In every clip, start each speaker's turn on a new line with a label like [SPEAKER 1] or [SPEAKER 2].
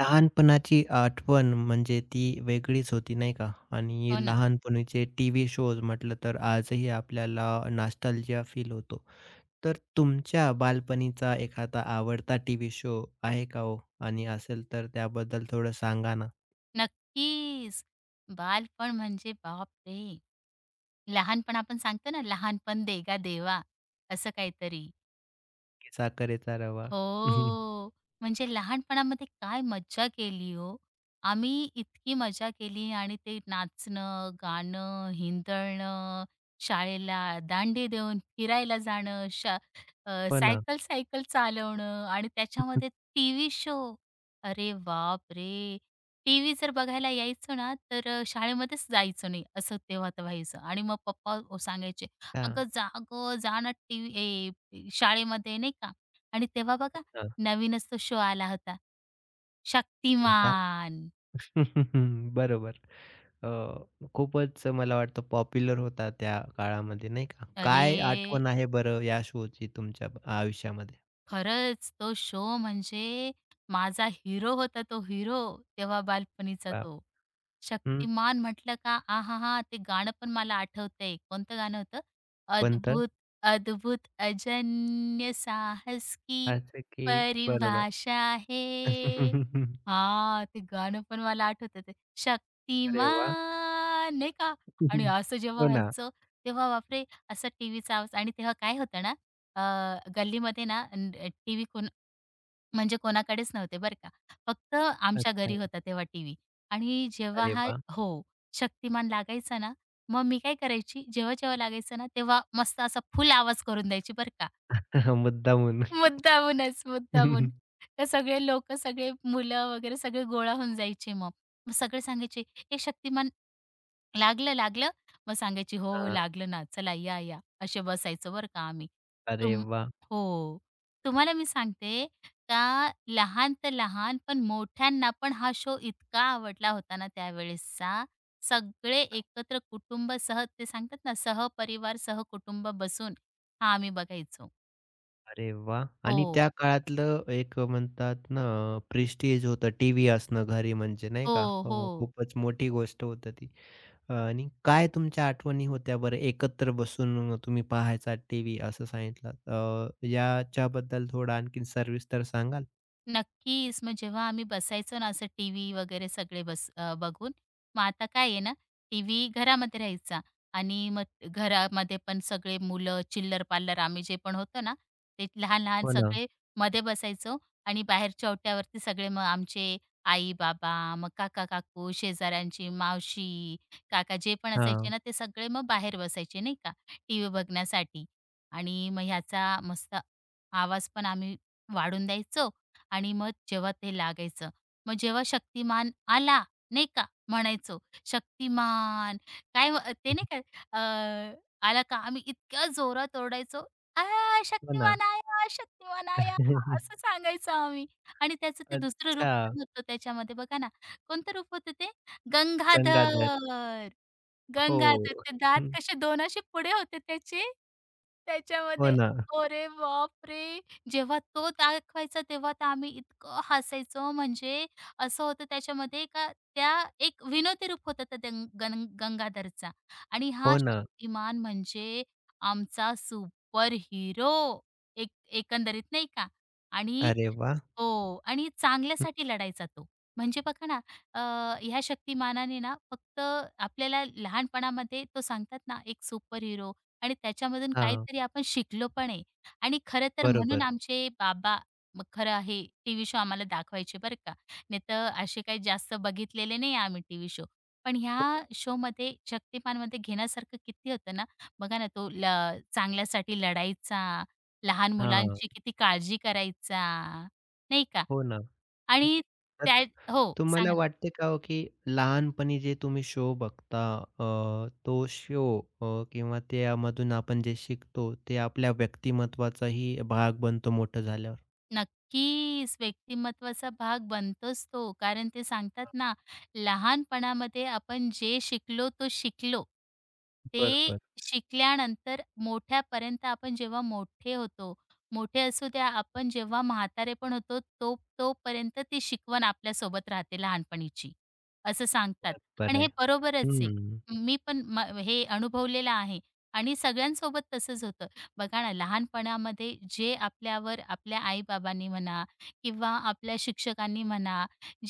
[SPEAKER 1] लहानपणाची आठवण म्हणजे ती वेगळीच होती नाही का? आणि
[SPEAKER 2] हो ना,
[SPEAKER 1] लहानपणीचे टीव्ही शोज म्हटलं तर आजही आपल्याला नॉस्टॅल्जिया फील होतो. तर तुमच्या बालपणीचा एखादा आवडता टीव्ही शो आहे का हो? आणि असेल तर त्याबद्दल थोडं सांगा ना?
[SPEAKER 2] नक्कीच. बालपण म्हणजे बापरे! लहानपण आपण सांगतो ना, लहानपण देगा देवा असं काहीतरी.
[SPEAKER 1] की साखरेचा रवा.
[SPEAKER 2] हो. म्हणजे लहानपणामध्ये काय मज्जा केली हो. आम्ही इतकी मजा केली आणि ते नाचणं, गाणं, हिंदळणं, शाळेला दांडे देऊन फिरायला जाणं,
[SPEAKER 1] हो ना.
[SPEAKER 2] सायकल-सायकल चालवणं आणि त्याच्यामध्ये टीव्ही शो. अरे बापरे! टीव्ही जर बघायला यायचो ना, तर शाळेमध्येच जायचो नाही, असं तेव्हा तर व्हायचं आणि मग पप्पा सांगायचे,
[SPEAKER 1] हां.
[SPEAKER 2] "अगं जा गं, जा ना टीव्ही शाळेमध्ये," नाही का? आणि तेव्हा बघा
[SPEAKER 1] हो ना.
[SPEAKER 2] नवीनच तो शो आला होता.
[SPEAKER 1] कोणता?
[SPEAKER 2] शक्तिमान.
[SPEAKER 1] बरोबर. अ, खूपच मला वाटतं पॉप्युलर होता त्या काळामध्ये नाही का?
[SPEAKER 2] अरे!
[SPEAKER 1] काय आठवण आहे बरं या शोची तुमच्या आयुष्यामध्ये?
[SPEAKER 2] खरंच तो शो म्हणजे माझा हिरो होता तो हिरो तेव्हा बालपणीचा
[SPEAKER 1] बाप
[SPEAKER 2] तो.
[SPEAKER 1] हं,
[SPEAKER 2] शक्तिमान म्हटलं का आहाहा! ते गाणं पण मला आठवतंय. कोणतं गाणं होतं?
[SPEAKER 1] कोणतं?
[SPEAKER 2] अद्भुत, अद्भुत, अजन्य साहस की
[SPEAKER 1] असं की बरोबर.
[SPEAKER 2] परिभाषा है. हां, ते गाणं पण मला आठवतं ते.
[SPEAKER 1] अरे वाह!
[SPEAKER 2] शक्तिमान नाही का? आणि असं जेव्हा
[SPEAKER 1] हो ना.
[SPEAKER 2] व्हायचं तेव्हा बापरे! असा टीव्हीचा आवाज आणि तेव्हा काय होतं ना, अ, गल्लीमध्ये ना न टीव्ही कोण म्हणजे कोणाकडेच नव्हते बरं का. फक्त आमच्या
[SPEAKER 1] अच्छा.
[SPEAKER 2] घरी होता तेव्हा टीव्ही. आणि जेव्हा
[SPEAKER 1] अरे
[SPEAKER 2] हा,
[SPEAKER 1] वाह!
[SPEAKER 2] हो, शक्तिमान लागायचा ना, मग मी काय करायची, जेव्हा-जेव्हा लागायचं ना, तेव्हा मस्त असा फुल आवाज करून द्यायची बरं का.
[SPEAKER 1] मुद्दामून.
[SPEAKER 2] मुद्दामूनच, मुद्दामून. तर सगळे लोकं, सगळे मुलं वगैरे सगळे गोळा होऊन जायचे मग. मग सगळे सांगायचे, "हे शक्तिमान लागलं, लागलं?" मग सांगायची, "हो, हो,
[SPEAKER 1] हां.
[SPEAKER 2] लागलं ना. चला या, या." असे बसायचो बरं का आम्ही.
[SPEAKER 1] अरे
[SPEAKER 2] तुम
[SPEAKER 1] वाह!
[SPEAKER 2] हो. तुम्हाला मी सांगते का लहान तर लहान, पण मोठ्यांना पण हा शो इतका आवडला होता ना त्यावेळेसचा. सगळे एकत्र कुटुंबासह ते सांगतात ना सहपरिवार, सहकुटुंब बसून हा आम्ही बघायचो.
[SPEAKER 1] अरे वाह! आणि
[SPEAKER 2] हो.
[SPEAKER 1] त्या काळातलं एक म्हणतात ना प्रेस्टीज होतं टीव्ही असणं घरी म्हणजे नाही
[SPEAKER 2] हो,
[SPEAKER 1] का?
[SPEAKER 2] हो.
[SPEAKER 1] खूपच मोठी गोष्ट होतं. आणि काय तुमच्या आठवणी होत्या बरं एकत्र बसून तुम्ही पाहायचा टीव्ही असं सांगितलात. याच्याबद्दल थोडं आणखीन सविस्तर सांगाल?
[SPEAKER 2] नक्कीच. मग जेव्हा आम्ही बसायचो ना असं टीव्ही वगैरे सगळे बघून, मग आता काय आहे ना टीव्ही घरामध्ये राहायचा आणि मग घरामध्ये पण सगळे मुलं, चिल्लर-पाल्लर आम्ही जे पण होतो ना, ते लहान-लहान
[SPEAKER 1] हो ना.
[SPEAKER 2] सगळे मध्ये बसायचो आणि बाहेरच्या ओट्यावरती सगळे मग आमचे आई-बाबा, मग काका-काकू, शेजाऱ्यांची मावशी, काका जे पण असायचे
[SPEAKER 1] हां.
[SPEAKER 2] ना, ते सगळे मग बाहेर बसायचे नाही का, टीव्ही बघण्यासाठी. आणि मग ह्याचा मस्त आवाज पण आम्ही वाढून द्यायचो आणि मग जेव्हा ते लागायचं. मग जेव्हा शक्तिमान आला, नाही का, म्हणायचो, "शक्तिमान" काय ते नाही का, आला का आम्ही इतक्या जोरात ओरडायचो, "आ,
[SPEAKER 1] हो ना.
[SPEAKER 2] शक्तिमान आया! शक्तिमान आया!" असं सांगायचो आम्ही. आणि त्याचं ते दुसरं रूप
[SPEAKER 1] अच्छा,
[SPEAKER 2] पण होतं त्याच्यामध्ये बघा ना, कोणतं रूप होतं ते?
[SPEAKER 1] गंगाधर.
[SPEAKER 2] गंगाधर.
[SPEAKER 1] हो.
[SPEAKER 2] गंगाधर ते दात
[SPEAKER 1] हं.
[SPEAKER 2] कसे दोन असे पुढे होते त्याचे.
[SPEAKER 1] हो
[SPEAKER 2] त्याच्यामध्ये
[SPEAKER 1] ना.
[SPEAKER 2] अरे बापरे! जेव्हा तो दाखवायचा तेव्हा तर आम्ही इतकं हसायचो म्हणजे असं होतं त्याच्यामध्ये का त्या एक विनोदी रूप होतं त्या दं गं गंगाधरचा आणि हा
[SPEAKER 1] हो ना.
[SPEAKER 2] शक्तिमान म्हणजे आमचा सुपर हिरो एक एकंदरीत नाही का आणि
[SPEAKER 1] अरे वाह!
[SPEAKER 2] हो आणि
[SPEAKER 1] हं.
[SPEAKER 2] चांगल्यासाठी लढायचा तो. म्हणजे बघा ना, अ, ह्या शक्तिमानाने ना फक्त आपल्याला लहानपणामध्ये तो सांगतात ना, एक सुपर हिरो आणि त्याच्यामधून
[SPEAKER 1] हां.
[SPEAKER 2] काहीतरी आपण शिकलो पण आहे. आणि खरं तर म्हणून
[SPEAKER 1] बरोबर.
[SPEAKER 2] आमचे बाबा मग खरं आहे टीव्ही शो आम्हाला दाखवायचे बरं का. नाहीतर असे काही जास्त बघितलेले नाही आम्ही टीव्ही शो. पण ह्या शोमध्ये शक्तिमानमध्ये घेण्यासारखं किती होतं ना. बघा ना, तो ल चांगल्यासाठी लढायचा, लहान
[SPEAKER 1] हां.
[SPEAKER 2] मुलांची किती काळजी करायचा. नाही का?
[SPEAKER 1] हो ना. हं.
[SPEAKER 2] आणि
[SPEAKER 1] तर
[SPEAKER 2] त्या हो,
[SPEAKER 1] तुम्हाला
[SPEAKER 2] सांगा ना.
[SPEAKER 1] वाटते का हो, की लहानपणी जे तुम्ही शो बघता, तो शो, किंवा त्यामधून आपण जे शिकतो ते आपल्या व्यक्तिमत्त्वाचाही भाग बनतो मोठं झाल्यावर?
[SPEAKER 2] नक्कीच, व्यक्तिमत्त्वाचा भाग बनतोच तो. कारण ते सांगतात ना, लहानपणामध्ये आपण जे शिकलो, तो शिकलो. ते
[SPEAKER 1] बरोबर.
[SPEAKER 2] शिकल्यानंतर मोठ्यापर्यंत आपण जेव्हा मोठे होतो, मोठे असू द्या, आपण जेव्हा म्हातारे पण होतो, तो तोपर्यंत ती शिकवण आपल्यासोबत राहते लहानपणीची, असं सांगतात.
[SPEAKER 1] बरोबर
[SPEAKER 2] आणि हे
[SPEAKER 1] आहे.
[SPEAKER 2] बरोबरच आहे.
[SPEAKER 1] हं.
[SPEAKER 2] मी पण हे अनुभवलेलं आहे आणि सगळ्यांसोबत तसंच होतं. बघा ना लहानपणामध्ये जे आपल्यावर आपल्या आईबाबांनी म्हणा किंवा आपल्या शिक्षकांनी म्हणा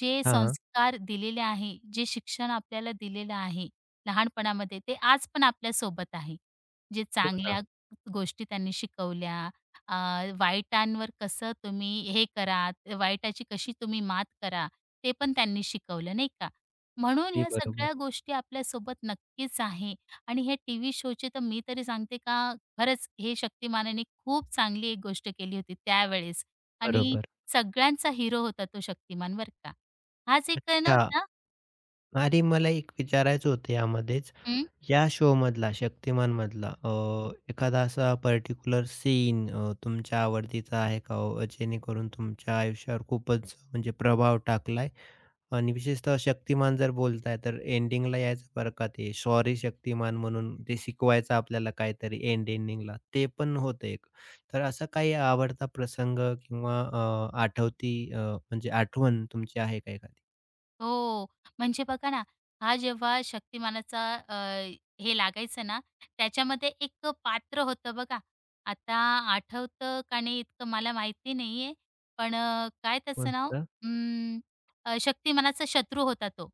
[SPEAKER 2] जे
[SPEAKER 1] हां.
[SPEAKER 2] संस्कार दिलेले आहे, जे शिक्षण आपल्याला दिलेलं आहे लहानपणामध्ये ते आज पण आपल्यासोबत आहे. जे
[SPEAKER 1] हो ना.
[SPEAKER 2] चांगल्या गोष्टी त्यांनी शिकवल्या, अ, वाईटांवर कसं तुम्ही हे करा, वाईटाची कशी तुम्ही मात करा, ते पण त्यांनी शिकवलं नाही का? म्हणून
[SPEAKER 1] ते
[SPEAKER 2] ह्या
[SPEAKER 1] बरोबर.
[SPEAKER 2] सगळ्या गोष्टी आपल्यासोबत नक्कीच आहे आणि हे टीव्ही शोचे तर मी तरी सांगते का खरंच हे शक्तिमानाने खूप चांगली एक गोष्ट केली होती त्यावेळेस आणि
[SPEAKER 1] बरोबर.
[SPEAKER 2] सगळ्यांचा हिरो होता तो शक्तिमान बरं का. हाच एक
[SPEAKER 1] अच्छा.
[SPEAKER 2] नव्हता.
[SPEAKER 1] आणि मला एक विचारायचं होतं यामध्येच, या शोमधला शक्तिमानमधला एखादा असा पर्टिक्युलर सीन तुमच्या आवडतीचा आहे का हो? जेणेकरून तुमच्या आयुष्यावर खूपच म्हणजे प्रभाव टाकलाय आणि विशेषतः शक्तिमान जर बोलताय तर एंडिंगला यायचं बरं का ते सॉरी शक्तिमान म्हणून ते शिकवायचं आपल्याला काहीतरी एंडिंगला ते पण होतं एक. तर असा काही आवडता प्रसंग किंवा म्हणजे आठवण तुमची आहे का एखादी?
[SPEAKER 2] हो. म्हणजे बघा ना, हा जेव्हा शक्तिमानाचा हे लागायचं ना, त्याच्यामध्ये एक पात्र होतं बघा. आता आठवतं का नाही इतकं मला माहिती नाहीये. पण काय त्याचं नाव?
[SPEAKER 1] कोणतं?
[SPEAKER 2] अं, शक्तिमानाचा शत्रू होता तो.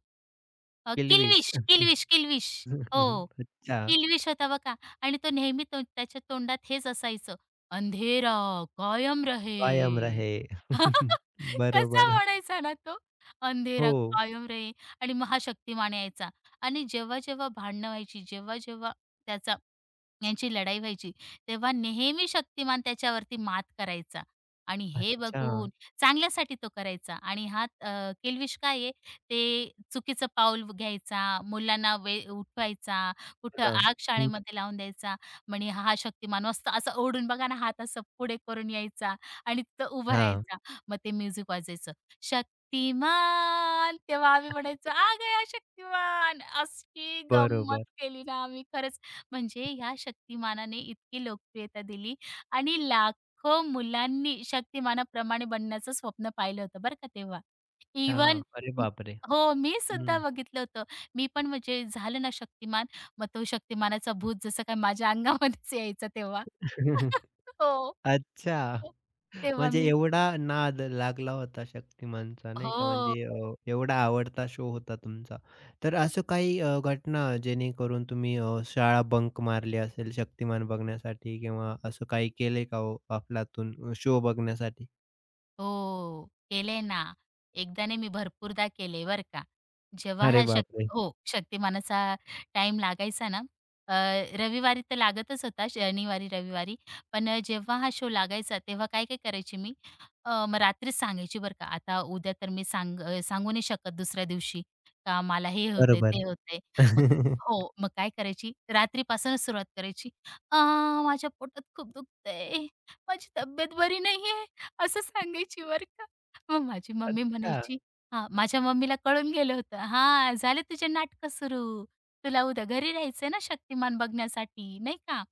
[SPEAKER 1] किल्विश.
[SPEAKER 2] किल्विश.
[SPEAKER 1] हं, हं, हं.
[SPEAKER 2] हो.
[SPEAKER 1] अच्छा,
[SPEAKER 2] किल्विश होता बघा आणि तो नेहमी तो त्याच्या तोंडात हेच असायचं, "अंधेरा कायम
[SPEAKER 1] कायम
[SPEAKER 2] रहे."
[SPEAKER 1] रहे.
[SPEAKER 2] कसा
[SPEAKER 1] बरोबर.
[SPEAKER 2] म्हणायचा ना अंधेरा
[SPEAKER 1] हो.
[SPEAKER 2] कायम रे आणि महाशक्तिमान यायचा आणि जेव्हा जेव्हा भांडणं व्हायची, जेव्हा जेव्हा त्याचा यांची लढाई व्हायची. तेव्हा नेहमी शक्तिमान त्याच्यावरती मात करायचा आणि हे
[SPEAKER 1] अच्छा.
[SPEAKER 2] बघून चांगल्यासाठी तो करायचा आणि हा, किल्विष काय आहे, ते चुकीचं पाऊल घ्यायचा, मुलांना उठवायचा,
[SPEAKER 1] हो
[SPEAKER 2] कुठं
[SPEAKER 1] ना.
[SPEAKER 2] आग
[SPEAKER 1] हं.
[SPEAKER 2] शाळेमध्ये लावून द्यायचा. म्हणे हा हा शक्तिमान मस्त असं ओढून बघा ना हात असं पुढे करून यायचा आणि तिथं उभं
[SPEAKER 1] हां,
[SPEAKER 2] राहायचा. मग ते म्युझिक वाजायचं. शक्तिमान तेव्हा आम्ही म्हणायचो, "आ गया शक्तिमान!" अशी गंमत
[SPEAKER 1] बरोबर.
[SPEAKER 2] केली ना आम्ही खरंच म्हणजे ह्या शक्तिमानाने इतकी लोकप्रियता दिली आणि लाखो मुलांनी शक्तिमानाप्रमाणे बनण्याचं स्वप्न पाहिलं होतं बरं का तेव्हा. इव्हन
[SPEAKER 1] हां. अरे बापरे!
[SPEAKER 2] हो, मी सुद्धा
[SPEAKER 1] हं.
[SPEAKER 2] बघितलं होतं. मी पण म्हणजे झालं ना शक्तिमान, मग तो शक्तिमानाचा भूत जसं काय माझ्या अंगामध्येच यायचा तेव्हा. हो.
[SPEAKER 1] अच्छा.
[SPEAKER 2] हो. तेव्हा
[SPEAKER 1] म्हणजे
[SPEAKER 2] मी
[SPEAKER 1] एवढा नाद लागला होता शक्तिमानचा नाही का?
[SPEAKER 2] हो.
[SPEAKER 1] म्हणजे एवढा आवडता शो होता तुमचा. तर असं काही घटना जेणेकरून तुम्ही शाळा बंक मारली असेल शक्तिमान बघण्यासाठी किंवा असं काही केलंय का हो अफलातून शो बघण्यासाठी?
[SPEAKER 2] हो, केले ना. एकदा नाही मी भरपूरदा केले बरं का. जेव्हा
[SPEAKER 1] अरे
[SPEAKER 2] हा शक
[SPEAKER 1] बापरे!
[SPEAKER 2] हो, शक्तिमानाचा टाइम लागायचा ना, अ, रविवारी तर लागतच होता, शनिवारी, रविवारी. पण जेव्हा हा शो लागायचा तेव्हा काय, काय करायची मी, मग रात्रीच सांगायची बरं का. आता उद्या तर सांगू नाही शकत दुसऱ्या दिवशी का मला हे होतंय, ते
[SPEAKER 1] बरोबर.
[SPEAKER 2] होतंय. मग हो, मग काय करायची, रात्रीपासूनच सुरुवात करायची. "आ, माझ्या पोटात खूप दुखतंय, माझी तब्येत बरी नाहीये." असं सांगायची बरं का. मग माझी मम्मी
[SPEAKER 1] अच्छा.
[SPEAKER 2] म्हणायची हां, माझ्या मम्मीला कळून गेलं होतं, "हां, झाले तुझे नाटकं सुरू. तुला उद्या घरी राहायचंय ना शक्तिमान बघण्यासाठी, नाही का?"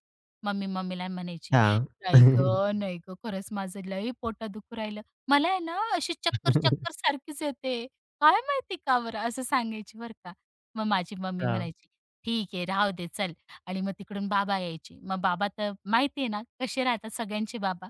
[SPEAKER 2] मम्मीला म्हणायची,
[SPEAKER 1] हां.
[SPEAKER 2] "नाही गं, नाही गं, खरंच माझं लई पोटात दुखू राहिलं. मला आहे ना अशी
[SPEAKER 1] हां,
[SPEAKER 2] चक्कर-चक्कर सारखीच येते. काय माहिती का बरं?" असं सांगायची बरं का. मग माझी मम्मी म्हणायची, "ठीक आहे, राहू दे, चल." आणि मग तिकडून बाबा यायचे. मग बाबा तर माहिती आहे ना कसे राहतात सगळ्यांचे बाबा.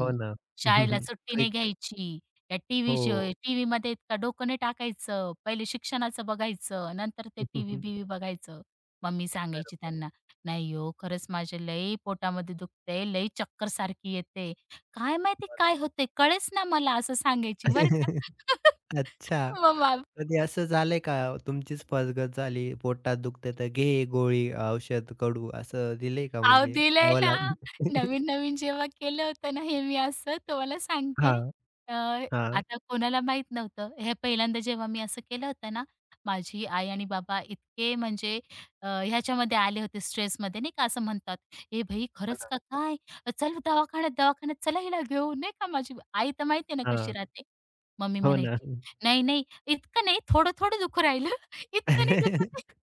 [SPEAKER 1] हो ना.
[SPEAKER 2] शाळेला सुट्टी नाही
[SPEAKER 1] स्ट्रिक्ट.
[SPEAKER 2] घ्यायची. या टीव्ही शो
[SPEAKER 1] हो.
[SPEAKER 2] टीव्हीमध्ये इतकं डोकं नाही टाकायचं. पहिले शिक्षणाचं बघायचं, नंतर ते टीव्ही-बीव्ही बघायचं. मम्मी सांगायची
[SPEAKER 1] बरोबर.
[SPEAKER 2] त्यांना, "नाही हो, खरंच माझे लई पोटामध्ये दुखतंय, लई चक्कर सारखी येते. काय माहिती काय होतंय, कळेच ना मला." असं सांगायची बरं का.
[SPEAKER 1] मग? अच्छा.
[SPEAKER 2] मग
[SPEAKER 1] कधी असं झालंय का तुमचीच फसगत झाली, पोटात दुखतंय तर घे गोळी, औषध, कडू असं दिलंय का
[SPEAKER 2] अहो,
[SPEAKER 1] म्हणजे
[SPEAKER 2] दिलंय
[SPEAKER 1] घ्यावं
[SPEAKER 2] ना.
[SPEAKER 1] लागलं?
[SPEAKER 2] नवीन-नवीन जेव्हा केलं होतं ना हे मी असं तुम्हाला सांगते.
[SPEAKER 1] हां,
[SPEAKER 2] अ,
[SPEAKER 1] हां.
[SPEAKER 2] आता कोणाला माहीत नव्हतं. हे पहिल्यांदा जेव्हा मी असं केलं होतं ना, माझी आई आणि बाबा इतके म्हणजे ह्याच्यामध्ये आले होते स्ट्रेसमध्ये नाही का असं म्हणतात, "ए भाई
[SPEAKER 1] हो
[SPEAKER 2] खरंच
[SPEAKER 1] ना.
[SPEAKER 2] का काय? चल दवाखान्यात, दवाखान्यात चला हिला घेऊन." नाही का माझी आई तर माहिती आहे ना कशी
[SPEAKER 1] हां.
[SPEAKER 2] राहते. मम्मी
[SPEAKER 1] हो ना.
[SPEAKER 2] म्हणायची, "नाही, नाही इतकं नाही, थोडं-थोडं दुखू राहिलं. इतकं नाही दुखत आहे."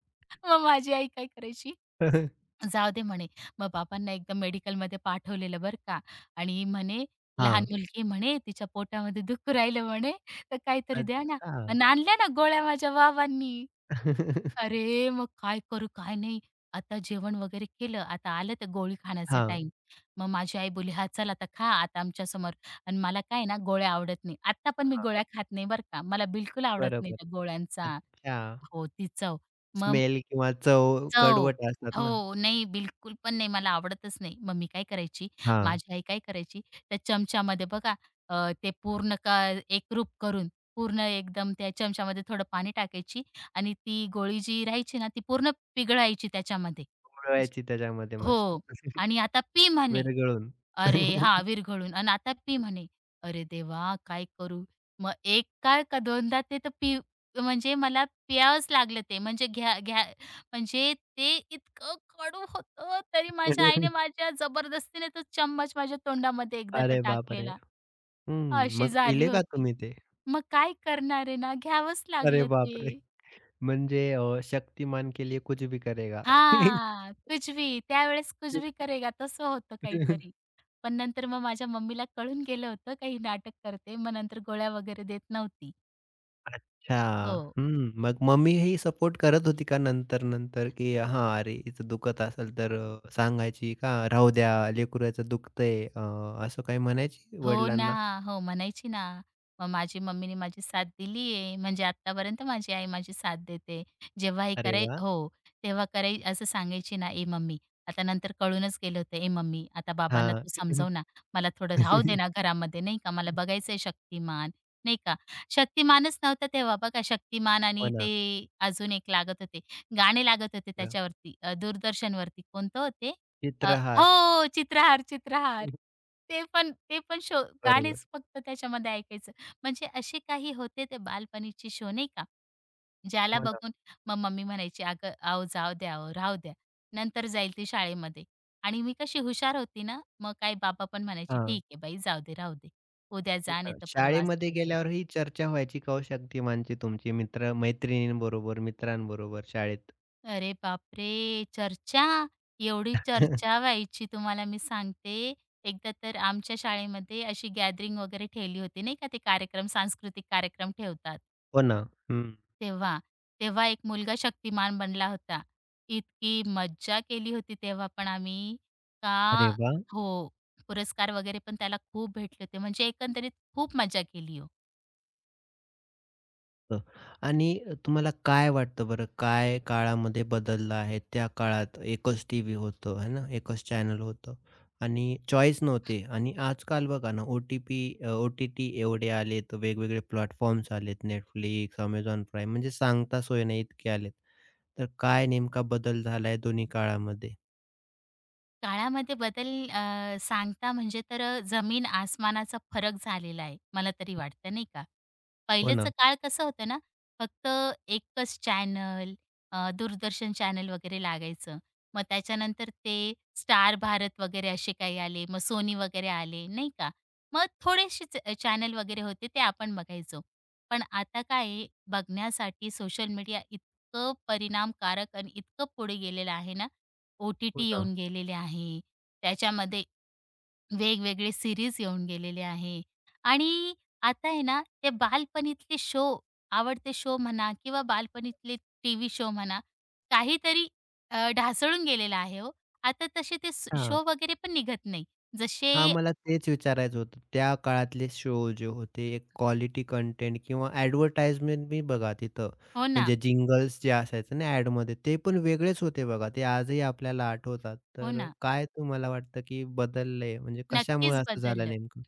[SPEAKER 2] मग माझी आई काय करायची
[SPEAKER 1] हं.
[SPEAKER 2] जाऊ दे म्हणे. मग बाबांना एकदम मेडिकलमध्ये पाठवलेलं बरं का आणि म्हणे लहान मुलगी म्हणे तिच्या पोटामध्ये दुखू राहिलं म्हणे, तर काहीतरी द्या ना.
[SPEAKER 1] अच्छा.
[SPEAKER 2] अन् आणल्या ना गोळ्या माझ्या बाबांनी. अरे, मग काय करू काय नाही. आता जेवण वगैरे केलं. आता आलं ते गोळी खाण्याचा
[SPEAKER 1] हां.
[SPEAKER 2] टाईम. मग माझी आई बोलली, "हां, चल आता खा आता आमच्यासमोर." आणि मला काय ना गोळ्या आवडत नाही. आत्ता पण मी
[SPEAKER 1] हां,
[SPEAKER 2] गोळ्या खात नाही बरं का. मला बिलकुल आवडत नाही
[SPEAKER 1] बरोबर.
[SPEAKER 2] त्या गोळ्यांचा
[SPEAKER 1] अच्छा.
[SPEAKER 2] हो, ती चव. मग
[SPEAKER 1] स्मेल किंवा चव
[SPEAKER 2] चव.
[SPEAKER 1] कडवट असतात ना.
[SPEAKER 2] हो, नाही बिलकुल पण नाही, मला आवडतच नाही. मग मी काय करायची,
[SPEAKER 1] हां,
[SPEAKER 2] माझी आई काय करायची, त्या चमच्यामध्ये बघा, अ, ते पूर्ण का एकरूप करून पूर्ण एकदम त्या चमच्यामध्ये थोडं पाणी टाकायची आणि ती गोळी जी राहायची ना, ती पूर्ण पिघळायची त्याच्यामध्ये. जी
[SPEAKER 1] गोळवायची त्याच्यामध्ये मस्त.
[SPEAKER 2] हो. आणि आता पी म्हणे.
[SPEAKER 1] विरघळून.
[SPEAKER 2] अरे हां, विरघळून आणि आता पी म्हणे. अरे देवा! काय करू? मग एक काय का दोनदा ते तर पी म्हणजे मला प्यावंच लागलं ते. म्हणजे घ्या घ्या म्हणजे ते इतकं कडू होतं, तरी माझ्या आईने माझ्या जबरदस्तीने तो चम्मच माझ्या तोंडामध्ये एकदा तर
[SPEAKER 1] अरे बापरे!
[SPEAKER 2] टाकलेला.
[SPEAKER 1] हं,
[SPEAKER 2] अशी
[SPEAKER 1] मग
[SPEAKER 2] झाली
[SPEAKER 1] पिले का
[SPEAKER 2] होती.
[SPEAKER 1] तुम्ही ते?
[SPEAKER 2] मग काय करणार आहे ना, घ्यावंच
[SPEAKER 1] अरे
[SPEAKER 2] लागलं
[SPEAKER 1] बापरे!
[SPEAKER 2] ते.
[SPEAKER 1] म्हणजे शक्तिमान के लिए कुछ भी करेगा.
[SPEAKER 2] हां, कुछ भी त्यावेळेस कुछ भी करेगा तसं होतं काहीतरी. पण नंतर मग माझ्या मम्मीला कळून गेलं होतं का नाटक करते, मग नंतर गोळ्या वगैरे देत नव्हती.
[SPEAKER 1] अच्छा.
[SPEAKER 2] हो.
[SPEAKER 1] हं, मग मम्मी ही सपोर्ट करत होती का नंतर-नंतर, की हां, अरे हिचं दुखत असेल तर, सांगायची का राहू द्या लेकरू दुखतंय, असं काही म्हणायची
[SPEAKER 2] हो
[SPEAKER 1] वडिलांना?
[SPEAKER 2] ना. हो, म्हणायची ना. मग माझी मम्मीने माझी साथ दिली आहे. म्हणजे आत्तापर्यंत माझी आई माझी साथ देते. जेव्हाही
[SPEAKER 1] अरे
[SPEAKER 2] कराय
[SPEAKER 1] वाह!
[SPEAKER 2] हो, तेव्हा कराय असं सांगायची ना, "ए मम्मी" आता नंतर कळूनच गेलं होतं, "ए मम्मी, आता बाबांना
[SPEAKER 1] हां.
[SPEAKER 2] तू समजव ना. मला थोडं राहू दे ना घरामध्ये, नाही का. मला बघायचंय शक्तिमान." नाही का. शक्तिमानच नव्हता तेव्हा बघा. शक्तिमान
[SPEAKER 1] हो
[SPEAKER 2] आणि
[SPEAKER 1] ना.
[SPEAKER 2] ते अजून एक लागत होते. गाणे लागत होते
[SPEAKER 1] र
[SPEAKER 2] त्याच्यावरती, दूरदर्शनवरती. कोणतं हो,
[SPEAKER 1] चित्रहार.
[SPEAKER 2] हो, चित्रहार. ते पण शो
[SPEAKER 1] बरोबर.
[SPEAKER 2] गाणेच फक्त त्याच्यामध्ये ऐकायचं. म्हणजे असे काही होते ते बालपणीचे शो नाही का, ज्याला
[SPEAKER 1] हो ना.
[SPEAKER 2] बघून मग मम्मी म्हणायची, "अगं, अहो जाऊ द्या ओ, राहू द्या. नंतर जाईल ती शाळेमध्ये." आणि मी कशी हुशार होती ना, मग काय बाबा पण म्हणायचे,
[SPEAKER 1] हां.
[SPEAKER 2] "ठीक आहे बाई, जाऊ दे, राहू दे. उद्या
[SPEAKER 1] हो
[SPEAKER 2] जा,
[SPEAKER 1] ना.
[SPEAKER 2] नाहीतर परवा असं
[SPEAKER 1] शाळेमध्ये
[SPEAKER 2] काहीतरी."
[SPEAKER 1] गेल्यावर ही चर्चा व्हायची का हो शक्तिमानची तुमची मित्र-मैत्रिणींबरोबर, मित्रांबरोबर शाळेत?
[SPEAKER 2] अरे बापरे! चर्चा, एवढी चर्चा व्हायची तुम्हाला मी सांगते. एकदा तर आमच्या शाळेमध्ये अशी गॅदरिंग वगैरे ठेवली होती नाही का, ते कार्यक्रम सांस्कृतिक कार्यक्रम ठेवतात
[SPEAKER 1] हो ना. हं.
[SPEAKER 2] तेव्हा. तेव्हा एक मुलगा शक्तिमान बनला होता. इतकी मज्जा केली होती तेव्हा पण आम्ही का
[SPEAKER 1] अरे वाह!
[SPEAKER 2] हो, पुरस्कार वगैरे पण त्याला खूप भेटले होते. म्हणजे एकंदरीत खूप मजा केली हो.
[SPEAKER 1] हं. आणि तुम्हाला काय वाटतं बरं, काय काळामध्ये बदललं आहे? त्या काळात एकच टीव्ही होतं, है ना? एकच चॅनल होतं आणि चॉईस नव्हते आणि आजकाल बघा ना, ओ-टी-टी एवढे आलेत, वेगवेगळे प्लॅटफॉर्म्स आलेत. Netflix, Amazon Prime म्हणजे सांगता सोय नाही इतके आलेत. तर काय नेमका बदल झालाय दोन्ही काळामध्ये?
[SPEAKER 2] सांगता म्हणजे तर जमीन आसमानाचा फरक झालेला आहे, मला तरी वाटतं नाही का?
[SPEAKER 1] हो
[SPEAKER 2] पहिलेचं
[SPEAKER 1] ना,
[SPEAKER 2] काळ कसं होतं ना, फक्त एकच चॅनल, दूरदर्शन चॅनल वगैरे लागायचं. मग त्याच्यानंतर ते स्टार भारत वगैरे असे काही आले. मग सोनी वगैरे आले, नाही का? मग थोडेसेच, चॅनल वगैरे होते ते आपण बघायचो. पण आता काय आहे, बघण्यासाठी सोशल मीडिया इतकं परिणामकारक आणि इतकं पुढे गेलेलं आहे ना,
[SPEAKER 1] हो
[SPEAKER 2] OTT
[SPEAKER 1] ना.
[SPEAKER 2] येऊन गेलेले आहे. त्याच्यामध्ये वेगवेगळे सीरीज येऊन गेलेले आहे. आणि आता आहे ना, ते बालपणीतले शो, आवडते शो म्हणा किंवा बालपणीतले टीव्ही शो म्हणा, काहीतरी, ढासळून गेलेला आहे हो. आता तसे ते
[SPEAKER 1] हां.
[SPEAKER 2] शो वगैरे पण निघत नाही.
[SPEAKER 1] हां,
[SPEAKER 2] जसे
[SPEAKER 1] मला तेच विचारायचं होतं. त्या काळातले शो जे होते, एक क्वालिटी कंटेंट किंवा ॲडव्हर्टाइजमेंट बी बघा तिथं,
[SPEAKER 2] हो ना,
[SPEAKER 1] म्हणजे जिंगल्स जे असायचं ना ॲडमध्ये, ते पण वेगळेच होते बघा. ते आजही आपल्याला आठवतात.
[SPEAKER 2] हो
[SPEAKER 1] तर
[SPEAKER 2] ना.
[SPEAKER 1] काय तुम्हाला वाटतं, की बदललंय? म्हणजे कशामुळे
[SPEAKER 2] नक्कीच
[SPEAKER 1] असं झालं
[SPEAKER 2] बदललं.
[SPEAKER 1] नेमकं?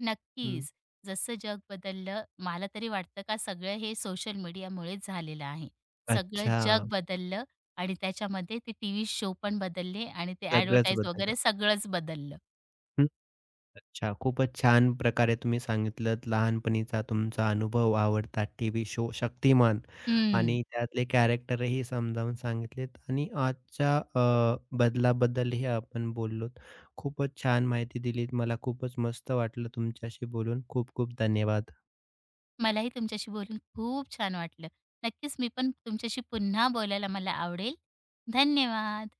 [SPEAKER 1] हं.
[SPEAKER 2] नक्कीच. जसं जग बदललं, मला तरी वाटतं का सगळं हे सोशल मीडियामुळेच झालेलं आहे. सगळं
[SPEAKER 1] अच्छा.
[SPEAKER 2] जग बदललं आणि त्याच्यामध्ये ते टीव्ही शो पण बदलले आणि ते
[SPEAKER 1] सगळंच
[SPEAKER 2] ॲडव्हर्टाइज
[SPEAKER 1] बदललं.
[SPEAKER 2] वगैरे सगळंच बदललं.
[SPEAKER 1] अच्छा. खूपच छान प्रकारे तुम्ही सांगितलत लहानपणीचा तुमचा अनुभव, आवडता टीव्ही शो शक्तिमान
[SPEAKER 2] हं.
[SPEAKER 1] आणि त्यातले कॅरेक्टरही समजावून सांगितलेत आणि आजच्या बदलाबद्दलही आपण बोललोत. खूपच छान माहिती दिलीत. मला खूपच मस्त वाटलं तुमच्याशी बोलून. खूप खूप धन्यवाद.
[SPEAKER 2] मलाही तुमच्याशी बोलून खूप छान वाटलं. नक्कीच मी पण तुमच्याशी पुन्हा बोलायला मला आवडेल. धन्यवाद.